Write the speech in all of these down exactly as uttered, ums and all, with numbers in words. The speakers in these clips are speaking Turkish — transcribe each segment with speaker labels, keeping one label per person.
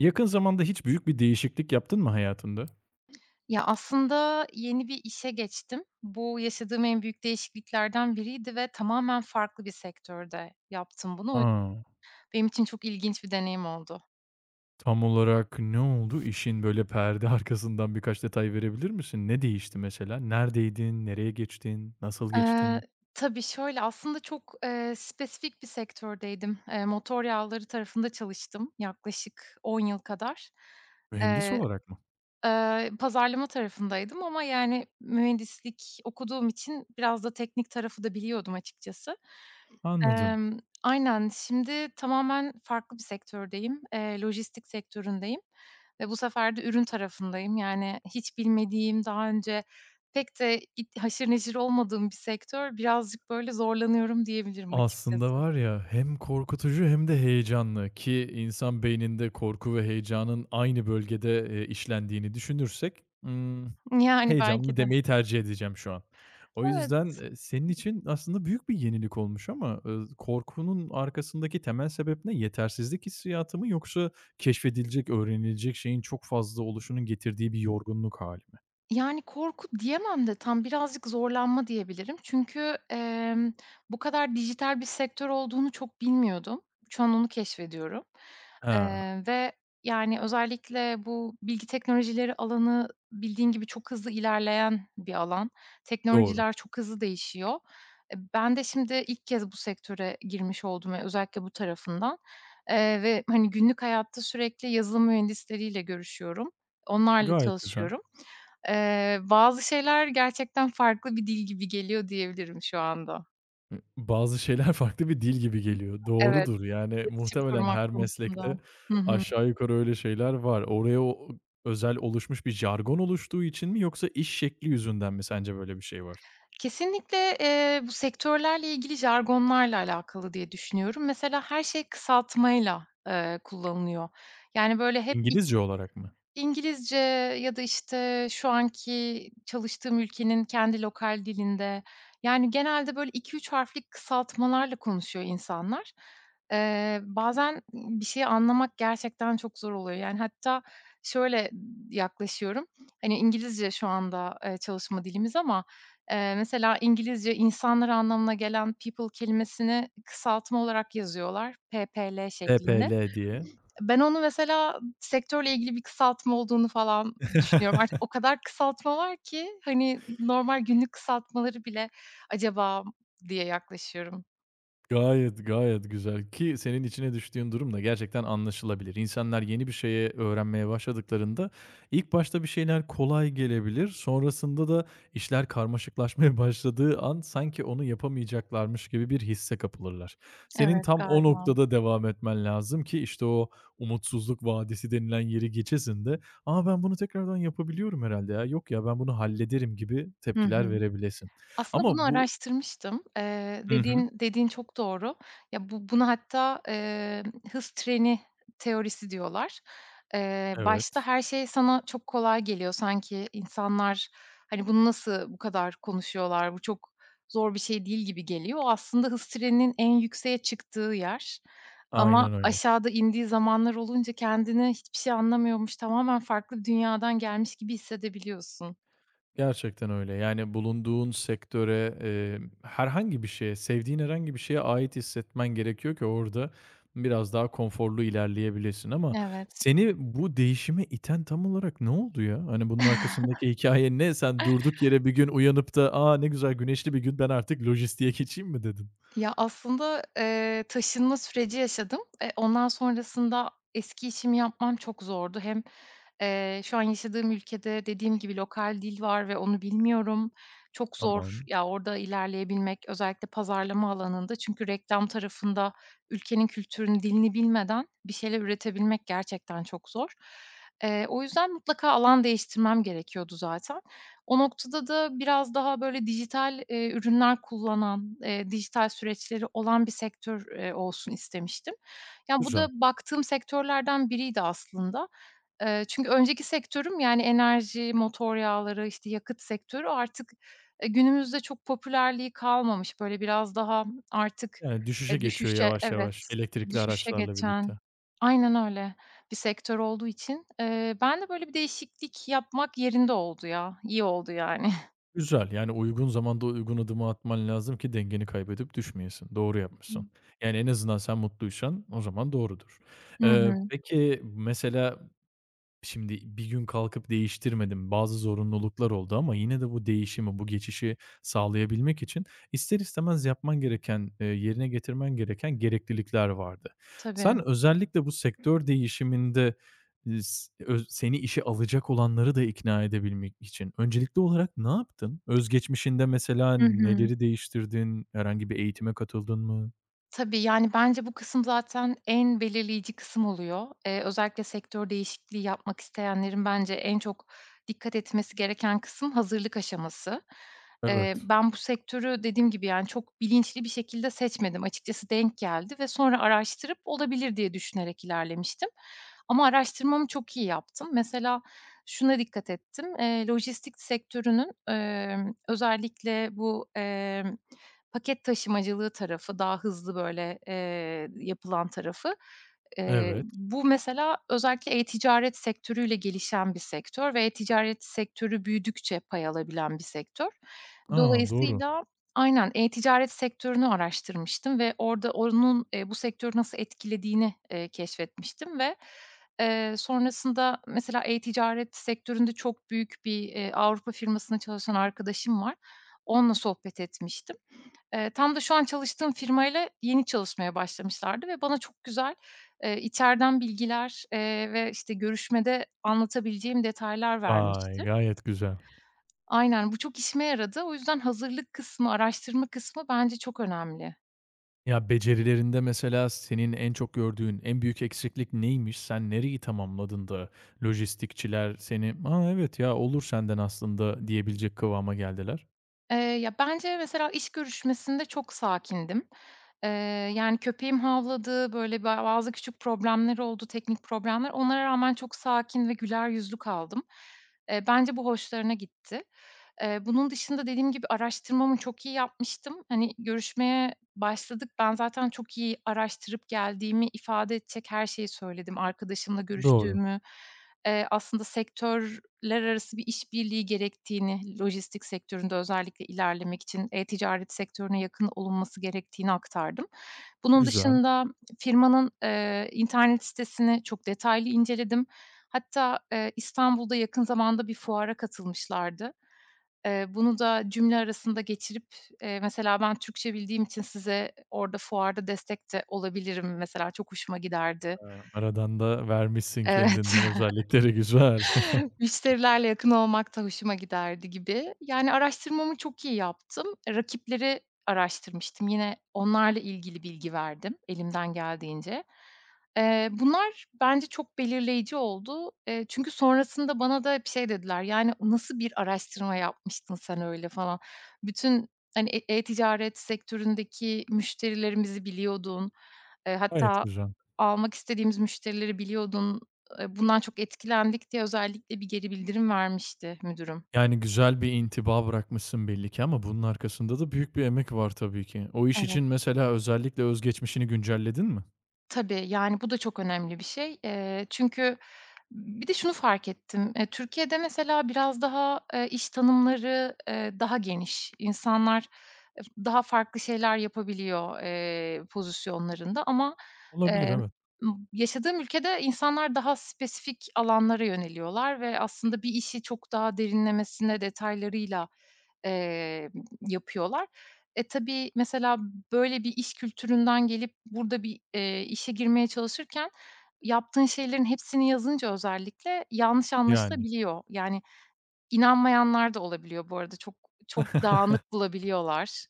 Speaker 1: Yakın zamanda hiç büyük bir değişiklik yaptın mı hayatında?
Speaker 2: Ya, aslında yeni bir işe geçtim. Bu yaşadığım en büyük değişikliklerden biriydi ve tamamen farklı bir sektörde yaptım bunu. O yü
Speaker 1: A!
Speaker 2: benim için çok ilginç bir deneyim oldu.
Speaker 1: Tam olarak ne oldu? İşin böyle perde arkasından birkaç detay verebilir misin? Ne değişti mesela? Neredeydin? Nereye geçtin? Nasıl
Speaker 2: Eee,
Speaker 1: geçtin?
Speaker 2: tabii şöyle, aslında çok, eee, spesifik bir sektördeydim. Eee, motor yağları tarafında çalıştım yaklaşık 10 yıl kadar.
Speaker 1: Mühendis
Speaker 2: Eee,
Speaker 1: olarak mı?
Speaker 2: eee, pazarlama tarafındaydım ama, yani, mühendislik okuduğum için biraz da teknik tarafı da biliyordum açıkçası.
Speaker 1: Anladım.
Speaker 2: Emm, aynen. Şimdi tamamen farklı bir sektördeyim. Eee, lojistik sektöründeyim ve bu sefer de ürün tarafındayım. Yani hiç bilmediğim, daha önce pek de it haşır neşir olmadığım bir sektör. Birazcık böyle zorlanıyorum diyebilirim
Speaker 1: Aslında
Speaker 2: açıkçası.
Speaker 1: var ya, hem korkutucu hem de heyecanlı ki insan beyninde korku ve heyecanın aynı bölgede, eee, işlendiğini düşünürsek, ımm,
Speaker 2: Yani belki
Speaker 1: heyecanlı
Speaker 2: de.
Speaker 1: demeyi tercih edeceğim şu an. O yüzden,
Speaker 2: Evet.
Speaker 1: eee, senin için aslında büyük bir yenilik olmuş ama, ııı, korkunun arkasındaki temel sebep ne? Yetersizlik hissiyatı mı yoksa keşfedilecek, öğrenilecek şeyin çok fazla oluşunun getirdiği bir yorgunluk hâli mi?
Speaker 2: Yani, korku diyemem de tam birazcık zorlanma diyebilirim. Çünkü, emm, bu kadar dijital bir sektör olduğunu çok bilmiyordum. Şu an onu keşfediyorum,
Speaker 1: He,
Speaker 2: eee, ve, yani, özellikle bu bilgi teknolojileri alanı bildiğin gibi çok hızlı ilerleyen bir alan.
Speaker 1: doğru.
Speaker 2: Teknolojiler çok hızlı değişiyor. E, ben de şimdi ilk kez bu sektöre girmiş oldum ve özellikle bu tarafından, eee, ve, hani, günlük hayatta sürekli yazılım mühendisleriyle görüşüyorum. Onlarla
Speaker 1: Gayet güzel.
Speaker 2: çalışıyorum. Eee, bazı şeyler gerçekten farklı bir dil gibi geliyor diyebilirim şu anda.
Speaker 1: Hı, bazı şeyler farklı bir dil gibi geliyor.
Speaker 2: Evet,
Speaker 1: Doğrudur, yani,
Speaker 2: iletişim
Speaker 1: muhtemelen
Speaker 2: kurmak
Speaker 1: her
Speaker 2: konusunda.
Speaker 1: meslekte
Speaker 2: Hı hı.
Speaker 1: aşağı yukarı öyle şeyler var. Oraya o özel oluşmuş bir jargon oluştuğu için mi yoksa iş şekli yüzünden mi sence böyle bir şey var?
Speaker 2: Kesinlikle, eee, bu sektörlerle ilgili jargonlarla alakalı diye düşünüyorum. Mesela her şey kısaltmayla, eee, kullanılıyor. Yani, böyle, hep
Speaker 1: İngilizce olarak mı?
Speaker 2: İngilizce ya da, işte, şu anki çalıştığım ülkenin kendi lokal dilinde, yani, genelde, böyle, iki üç harflik kısaltmalarla konuşuyor insanlar. Eee, bazen bir şeyi anlamak gerçekten çok zor oluyor. Yani, hatta şöyle yaklaşıyorum, hani, İngilizce şu anda, eee, çalışma dilimiz ama, eee, mesela İngilizce insanlar anlamına gelen people kelimesini kısaltma olarak yazıyorlar, P P L şeklinde.
Speaker 1: P P L diye.
Speaker 2: Ben onu mesela sektörle ilgili bir kısaltma olduğunu falan düşünüyorum. Artık o kadar kısaltma var ki, hani, normal günlük kısaltmaları bile acaba diye yaklaşıyorum.
Speaker 1: Gayet, gayet güzel ki senin içine düştüğün durum da gerçekten anlaşılabilir. İnsanlar yeni bir şeye öğrenmeye başladıklarında ilk başta bir şeyler kolay gelebilir. Sonrasında da işler karmaşıklaşmaya başladığı an sanki onu yapamayacaklarmış gibi bir hisse kapılırlar. Senin
Speaker 2: Evet,
Speaker 1: tam o
Speaker 2: galiba.
Speaker 1: noktada devam etmen lazım ki işte o umutsuzluk vadisi denilen yeri geçesin de "A, ben bunu tekrardan yapabiliyorum herhalde ya. Yok ya, ben bunu hallederim." gibi
Speaker 2: Hı
Speaker 1: tepkiler
Speaker 2: hı.
Speaker 1: verebilesin.
Speaker 2: Aslında bunu
Speaker 1: Ama bu
Speaker 2: araştırmıştım. Eee,
Speaker 1: hı hı.
Speaker 2: dediğin dediğin çok doğru. Ya, bu buna hatta, eee, hız treni teorisi diyorlar. Eee, başta
Speaker 1: Evet.
Speaker 2: her şey sana çok kolay geliyor. Sanki insanlar, hani, "Bunu nasıl bu kadar konuşuyorlar, bu çok zor bir şey değil." gibi geliyor. O aslında hız treninin en yükseğe çıktığı yer ama
Speaker 1: Aynen öyle.
Speaker 2: aşağıda indiği zamanlar olunca kendini hiçbir şey anlamıyormuş, tamamen farklı bir dünyadan gelmiş gibi hissedebiliyorsun.
Speaker 1: Gerçekten öyle. Yani bulunduğun sektöre, eee, herhangi bir şeye, sevdiğin herhangi bir şeye ait hissetmen gerekiyor ki orada biraz daha konforlu ilerleyebilesin ama
Speaker 2: Evet.
Speaker 1: seni bu değişime iten tam olarak ne oldu ya? Hani, bunun arkasındaki hikaye ne? Sen durduk yere bir gün uyanıp da, "A, ne güzel güneşli bir gün, ben artık lojistiğe geçeyim." mi dedin?
Speaker 2: Ya, aslında, eee, taşınma süreci yaşadım. E, ondan sonrasında eski işimi yapmam çok zordu. Hem, eee, şu an yaşadığım ülkede dediğim gibi lokal dil var ve onu bilmiyorum. Çok zor,
Speaker 1: Tamam,
Speaker 2: ya, orada ilerleyebilmek özellikle pazarlama alanında. Çünkü reklam tarafında ülkenin kültürünü, dilini bilmeden bir şeyler üretebilmek gerçekten çok zor. Eee, o yüzden mutlaka alan değiştirmem gerekiyordu zaten. O noktada da biraz daha böyle dijital, eee, ürünler kullanan, eee, dijital süreçleri olan bir sektör, eee, olsun istemiştim. Yani bu da
Speaker 1: güzel.
Speaker 2: baktığım sektörlerden biriydi aslında. Eee, çünkü önceki sektörüm, yani, enerji, motor yağları, işte, yakıt sektörü artık, eee, günümüzde çok popülerliği kalmamış. Böyle, biraz daha artık,
Speaker 1: Yani, düşüşe
Speaker 2: eee,
Speaker 1: geçiyor
Speaker 2: düşüşe,
Speaker 1: yavaş
Speaker 2: Evet,
Speaker 1: yavaş elektrikli
Speaker 2: düşüşe
Speaker 1: araçlarla
Speaker 2: geçen,
Speaker 1: birlikte.
Speaker 2: Aynen öyle, bir sektör olduğu için, eee, ben de böyle bir değişiklik yapmak yerinde oldu ya. İyi oldu yani.
Speaker 1: Güzel, yani uygun zamanda uygun adımı atman lazım ki dengeni kaybedip düşmeyesin. Doğru yapmışsın. Yani en azından sen mutluysan o zaman doğrudur.
Speaker 2: Hı
Speaker 1: Eee,
Speaker 2: hı.
Speaker 1: peki mesela şimdi bir gün kalkıp değiştirmedim. Bazı zorunluluklar oldu ama yine de bu değişimi, bu geçişi sağlayabilmek için ister istemez yapman gereken, eee, yerine getirmen gereken gereklilikler vardı.
Speaker 2: Tabii.
Speaker 1: Sen özellikle bu sektör değişiminde is öz seni işe alacak olanları da ikna edebilmek için öncelikli olarak ne yaptın? Özgeçmişinde mesela
Speaker 2: Hı hı.
Speaker 1: neleri değiştirdin? Herhangi bir eğitime katıldın mı?
Speaker 2: Tabii, yani, bence bu kısım zaten en belirleyici kısım oluyor. Eee, özellikle sektör değişikliği yapmak isteyenlerin bence en çok dikkat etmesi gereken kısım hazırlık aşaması. Eee,
Speaker 1: Evet.
Speaker 2: ben bu sektörü dediğim gibi, yani, çok bilinçli bir şekilde seçmedim. Açıkçası denk geldi ve sonra araştırıp olabilir diye düşünerek ilerlemiştim ama araştırmamı çok iyi yaptım. Mesela şuna dikkat ettim: Eee, lojistik sektörünün, emm, özellikle bu, emm paket taşımacılığı tarafı, daha hızlı, böyle, eee, yapılan tarafı. Eee,
Speaker 1: Evet.
Speaker 2: bu mesela özellikle e-ticaret sektörüyle gelişen bir sektör ve e-ticaret sektörü büyüdükçe pay alabilen bir sektör.
Speaker 1: A, doğru.
Speaker 2: Dolayısıyla. Aynen, e-ticaret sektörünü araştırmıştım ve orada onun, eee, bu sektörü nasıl etkilediğini, eee, keşfetmiştim ve, eee, sonrasında mesela e-ticaret sektöründe çok büyük bir, eee, Avrupa firmasında çalışan arkadaşım var. Onunla sohbet etmiştim. Eee, tam da şu an çalıştığım firmayla yeni çalışmaya başlamışlardı ve bana çok güzel, eee, içeriden bilgiler, eee, ve, işte, görüşmede anlatabileceğim detaylar
Speaker 1: Vay,
Speaker 2: vermişti.
Speaker 1: gayet güzel.
Speaker 2: Aynen, bu çok işime yaradı. O yüzden hazırlık kısmı, araştırma kısmı bence çok önemli.
Speaker 1: Ya, becerilerinde mesela senin en çok gördüğün en büyük eksiklik neymiş? Sen nereyi tamamladın da lojistikçiler seni, "A, evet ya, olur senden aslında." diyebilecek kıvama geldiler?
Speaker 2: Eee, ya, bence mesela iş görüşmesinde çok sakindim. Eee, yani, köpeğim havladı, böyle, ba bazı küçük problemler oldu, teknik problemler. Onlara rağmen çok sakin ve güler yüzlü kaldım. Eee, bence bu hoşlarına gitti. Eee, bunun dışında dediğim gibi araştırmamı çok iyi yapmıştım. Hani, görüşmeye başladık. Ben zaten çok iyi araştırıp geldiğimi ifade edecek her şeyi söyledim. Arkadaşımla
Speaker 1: Doğru.
Speaker 2: görüştüğümü, eee, aslında sektörler arası bir işbirliği gerektiğini, lojistik sektöründe özellikle ilerlemek için e-ticaret sektörüne yakın olunması gerektiğini aktardım. Bunun
Speaker 1: Güzel.
Speaker 2: dışında firmanın, eee, internet sitesini çok detaylı inceledim. Hatta, eee, İstanbul'da yakın zamanda bir fuara katılmışlardı. Eee, bunu da cümle arasında geçirip, eee, mesela ben Türkçe bildiğim için size orada fuarda destek de olabilirim mesela, çok hoşuma giderdi.
Speaker 1: Eee, aradan da vermişsin
Speaker 2: Evet.
Speaker 1: kendinden özellikleri. Güzel.
Speaker 2: Müşterilerle yakın olmak da hoşuma giderdi gibi. Yani araştırmamı çok iyi yaptım. E, Rakipleri araştırmıştım. Yine onlarla ilgili bilgi verdim elimden geldiğince. Eee, bunlar bence çok belirleyici oldu. Eee, çünkü sonrasında bana da bir şey dediler, yani, "Nasıl bir araştırma yapmıştın sen öyle?" falan. Bütün, hani, e e-ticaret sektöründeki müşterilerimizi biliyordun. Eee,
Speaker 1: Gayet
Speaker 2: hatta
Speaker 1: güzel.
Speaker 2: almak istediğimiz müşterileri biliyordun. Eee, bundan çok etkilendik diye özellikle bir geri bildirim vermişti müdürüm.
Speaker 1: Yani, güzel bir intiba bırakmışsın belli ki ama bunun arkasında da büyük bir emek var tabii ki. O iş
Speaker 2: Evet.
Speaker 1: için mesela özellikle özgeçmişini güncelledin mi?
Speaker 2: Tabii, yani, bu da çok önemli bir şey. Eee, çünkü bir de şunu fark ettim. Eee, Türkiye'de mesela biraz daha, eee, iş tanımları, eee, daha geniş. İnsanlar ef daha farklı şeyler yapabiliyor, eee, pozisyonlarında ama,
Speaker 1: Olabilir,
Speaker 2: eee,
Speaker 1: evet.
Speaker 2: m yaşadığım ülkede insanlar daha spesifik alanlara yöneliyorlar ve aslında bir işi çok daha derinlemesine detaylarıyla, eee, yapıyorlar. E, tabii, mesela böyle bir iş kültüründen gelip burada bir, eee, işe girmeye çalışırken yaptığın şeylerin hepsini yazınca özellikle yanlış
Speaker 1: Yani.
Speaker 2: anlaşılabiliyor. Yani inanmayanlar da olabiliyor bu arada. Çok çok dağınık bulabiliyorlar.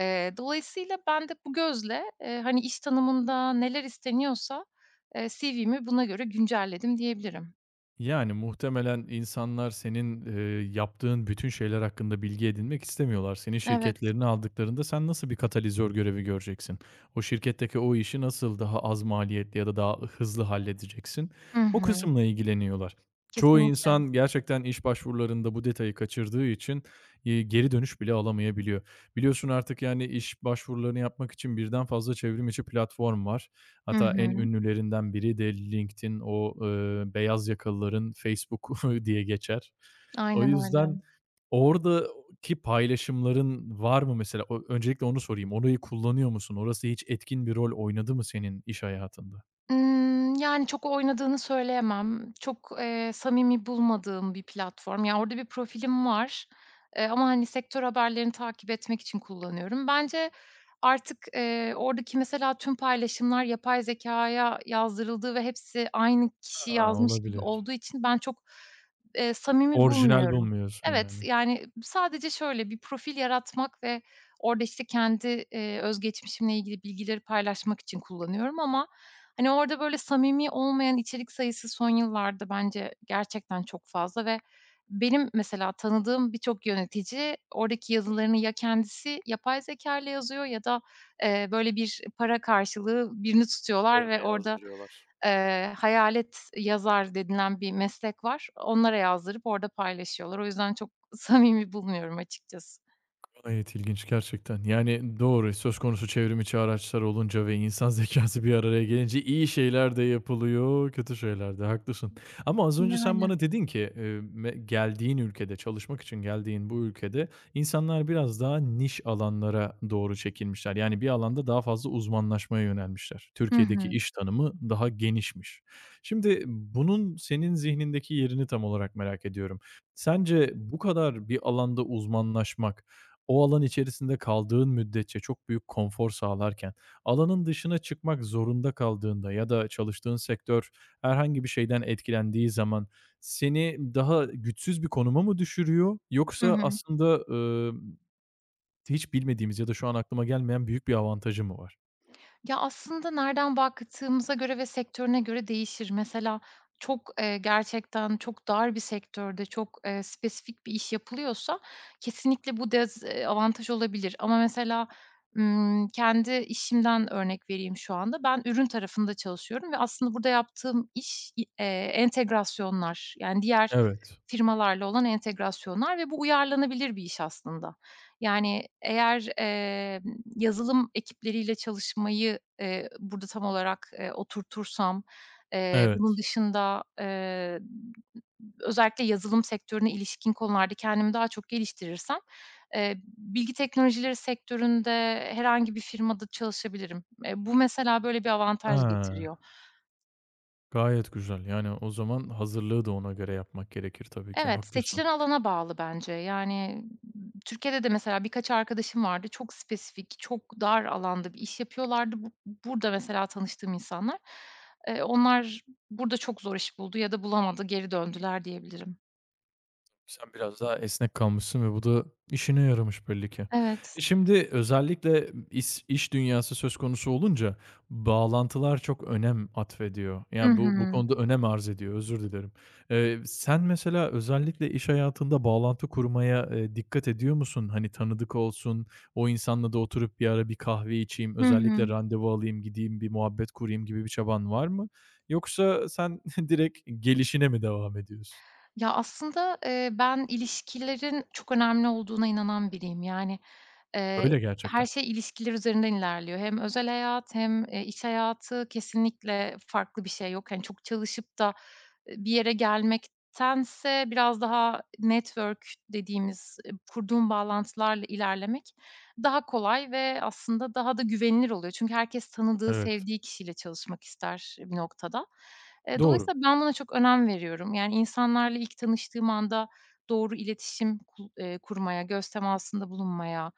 Speaker 2: Eee, dolayısıyla ben de bu gözle, eee, hani, iş tanımında neler isteniyorsa, eee, C V'mi buna göre güncelledim diyebilirim.
Speaker 1: Yani, muhtemelen insanlar senin, eee, yaptığın bütün şeyler hakkında bilgi edinmek istemiyorlar. Senin
Speaker 2: Evet.
Speaker 1: şirketlerini aldıklarında sen nasıl bir katalizör görevi göreceksin? O şirketteki o işi nasıl daha az maliyetli ya da daha hızlı halledeceksin?
Speaker 2: Hı
Speaker 1: O
Speaker 2: hı.
Speaker 1: kısımla ilgileniyorlar. Çoğu
Speaker 2: Kesinlikle.
Speaker 1: insan gerçekten iş başvurularında bu detayı kaçırdığı için, eee, geri dönüş bile alamayabiliyor. Biliyorsun artık, yani, iş başvurularını yapmak için birden fazla çevrimiçi platform var.
Speaker 2: Hı
Speaker 1: Hatta en
Speaker 2: hı.
Speaker 1: ünlülerinden biri de LinkedIn, o, eee, beyaz yakalıların Facebook diye geçer. O
Speaker 2: Aynen
Speaker 1: yüzden
Speaker 2: öyle.
Speaker 1: oradaki paylaşımların var mı mesela? O öncelikle onu sorayım. Orayı kullanıyor musun? Orası hiç etkin bir rol oynadı mı senin iş hayatında?
Speaker 2: Imm, yani, çok oynadığını söyleyemem. Çok, eee, samimi bulmadığım bir platform. Ya, orada bir profilim var, eee, ama, hani, sektör haberlerini takip etmek için kullanıyorum. Bence artık, eee, oradaki mesela tüm paylaşımlar yapay zekâya yazdırıldığı ve hepsi aynı kişi
Speaker 1: Ha,
Speaker 2: yazmış gibi
Speaker 1: olabilir.
Speaker 2: olduğu için ben çok, eee, samimi
Speaker 1: Orijinal
Speaker 2: bulmuyorum.
Speaker 1: bulmuyorsun
Speaker 2: Evet,
Speaker 1: yani.
Speaker 2: yani, sadece şöyle bir profil yaratmak ve Orada, işte, kendi, eee, özgeçmişimle ilgili bilgileri paylaşmak için kullanıyorum ama, hani, orada böyle samimi olmayan içerik sayısı son yıllarda bence gerçekten çok fazla ve benim mesela tanıdığım birçok yönetici oradaki yazılarını ya kendisi yapay zeka ile yazıyor ya da, eee, böyle bir para karşılığı birini tutuyorlar ve
Speaker 1: Üzerine
Speaker 2: orada,
Speaker 1: yazdırıyorlar.
Speaker 2: eee, hayalet yazar denilen bir meslek var. Onlara yazdırıp orada paylaşıyorlar. O yüzden çok samimi bulmuyorum açıkçası.
Speaker 1: Gayet ilginç gerçekten. Yani doğru, söz konusu çevrim içi araçlar olunca ve insan zekası bir araya gelince iyi şeyler de yapılıyor, kötü şeyler de. Haklısın. Ama az önce sen
Speaker 2: Yani.
Speaker 1: bana dedin ki, eee, me geldiğin ülkede, çalışmak için geldiğin bu ülkede insanlar biraz daha niş alanlara doğru çekilmişler. Yani bir alanda daha fazla uzmanlaşmaya yönelmişler.
Speaker 2: Hı
Speaker 1: Türkiye'deki
Speaker 2: hı.
Speaker 1: iş tanımı daha genişmiş. Şimdi bunun senin zihnindeki yerini tam olarak merak ediyorum. Sence bu kadar bir alanda uzmanlaşmak o alan içerisinde kaldığın müddetçe çok büyük konfor sağlarken, alanın dışına çıkmak zorunda kaldığında ya da çalıştığın sektör herhangi bir şeyden etkilendiği zaman seni daha güçsüz bir konuma mı düşürüyor
Speaker 2: Hı
Speaker 1: yoksa
Speaker 2: hı.
Speaker 1: aslında, ımm, hiç bilmediğimiz ya da şu an aklıma gelmeyen büyük bir avantajı mı var?
Speaker 2: Ya, aslında nereden baktığımıza göre ve sektörüne göre değişir. Mesela çok, eee, gerçekten çok dar bir sektörde çok, eee, spesifik bir iş yapılıyorsa kesinlikle bu dezavantaj olabilir ama mesela, ımm, kendi işimden örnek vereyim şu anda. Ben ürün tarafında çalışıyorum ve aslında burada yaptığım iş i entegrasyonlar, yani, diğer
Speaker 1: Evet,
Speaker 2: firmalarla olan entegrasyonlar ve bu uyarlanabilir bir iş aslında. Yani, eğer, eee Yazılım ekipleriyle çalışmayı, eee, burada tam olarak, eee, oturtursam, eee, bunun
Speaker 1: evet.
Speaker 2: dışında, eee, özellikle yazılım sektörüne ilişkin konularda kendimi daha çok geliştirirsem, eee, bilgi teknolojileri sektöründe herhangi bir firmada çalışabilirim. Eee, bu mesela böyle bir avantaj
Speaker 1: Ha,
Speaker 2: getiriyor.
Speaker 1: gayet güzel. Yani o zaman hazırlığı da ona göre yapmak gerekir tabii ki.
Speaker 2: Evet,
Speaker 1: Haklısın.
Speaker 2: seçilen alana bağlı bence. Yani, Türkiye'de de mesela birkaç arkadaşım vardı. Çok spesifik, çok dar alanda bir iş yapıyorlardı. Bu, burada mesela tanıştığım insanlar. Eee, onlar burada çok zor iş buldu ya da bulamadı, geri döndüler diyebilirim.
Speaker 1: Sen biraz daha esnek kalmışsın ve bu da işine yaramış belli ki.
Speaker 2: Evet.
Speaker 1: E, şimdi özellikle is iş dünyası söz konusu olunca bağlantılar çok önem atfediyor.
Speaker 2: Hı
Speaker 1: Yani, bu bu
Speaker 2: hı.
Speaker 1: konuda önem arz ediyor, özür dilerim. Eee, sen mesela özellikle iş hayatında bağlantı kurmaya, eee, dikkat ediyor musun? Hani, tanıdık olsun, o insanla da oturup bir ara bir kahve içeyim,
Speaker 2: Hı
Speaker 1: özellikle
Speaker 2: hı.
Speaker 1: randevu alayım, gideyim, bir muhabbet kurayım gibi bir çaban var mı? Yoksa sen direkt gelişine mi devam ediyorsun?
Speaker 2: Ya, aslında, eee, ben ilişkilerin çok önemli olduğuna inanan biriyim. Yani, eee,
Speaker 1: Öyle
Speaker 2: her
Speaker 1: gerçekten.
Speaker 2: şey ilişkiler üzerinden ilerliyor. Hem özel hayat hem, eee, iş hayatı kesinlikle farklı bir şey yok. Hani, çok çalışıp da, eee, bir yere gelmektense biraz daha network dediğimiz, eee, kurduğum bağlantılarla ilerlemek daha kolay ve aslında daha da güvenilir oluyor. Çünkü herkes tanıdığı,
Speaker 1: Evet,
Speaker 2: sevdiği kişiyle çalışmak ister bir noktada. Eee,
Speaker 1: doğru.
Speaker 2: dolayısıyla ben buna çok önem veriyorum. Yani, insanlarla ilk tanıştığım anda doğru iletişim ku eee, kurmaya, göz temasında bulunmaya,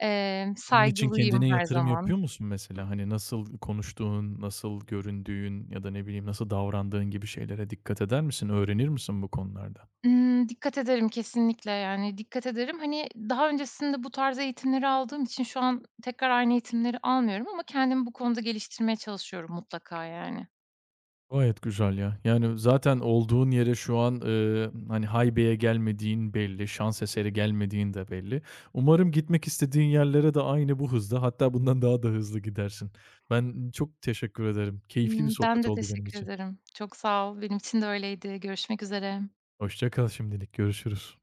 Speaker 2: eee,
Speaker 1: Bunun için
Speaker 2: saygılıyım
Speaker 1: kendine
Speaker 2: her
Speaker 1: yatırım
Speaker 2: zaman.
Speaker 1: yapıyor musun mesela? Hani nasıl konuştuğun, nasıl göründüğün ya da ne bileyim nasıl davrandığın gibi şeylere dikkat eder misin? Öğrenir misin bu konularda?
Speaker 2: Imm, dikkat ederim kesinlikle, yani, dikkat ederim. Hani, daha öncesinde bu tarz eğitimleri aldığım için şu an tekrar aynı eğitimleri almıyorum ama kendimi bu konuda geliştirmeye çalışıyorum mutlaka, yani.
Speaker 1: Gayet güzel ya. Yani zaten olduğun yere şu an, eee, hani haybeye gelmediğin belli, şans eseri gelmediğin de belli. Umarım gitmek istediğin yerlere de aynı bu hızda hatta bundan daha da hızlı gidersin. Ben çok teşekkür ederim. Keyifli bir
Speaker 2: Imm, ben
Speaker 1: sohbet
Speaker 2: de
Speaker 1: oldu benim
Speaker 2: teşekkür
Speaker 1: için.
Speaker 2: ederim. Çok sağ ol. Benim için de öyleydi. Görüşmek üzere.
Speaker 1: Hoşça kal şimdilik, görüşürüz.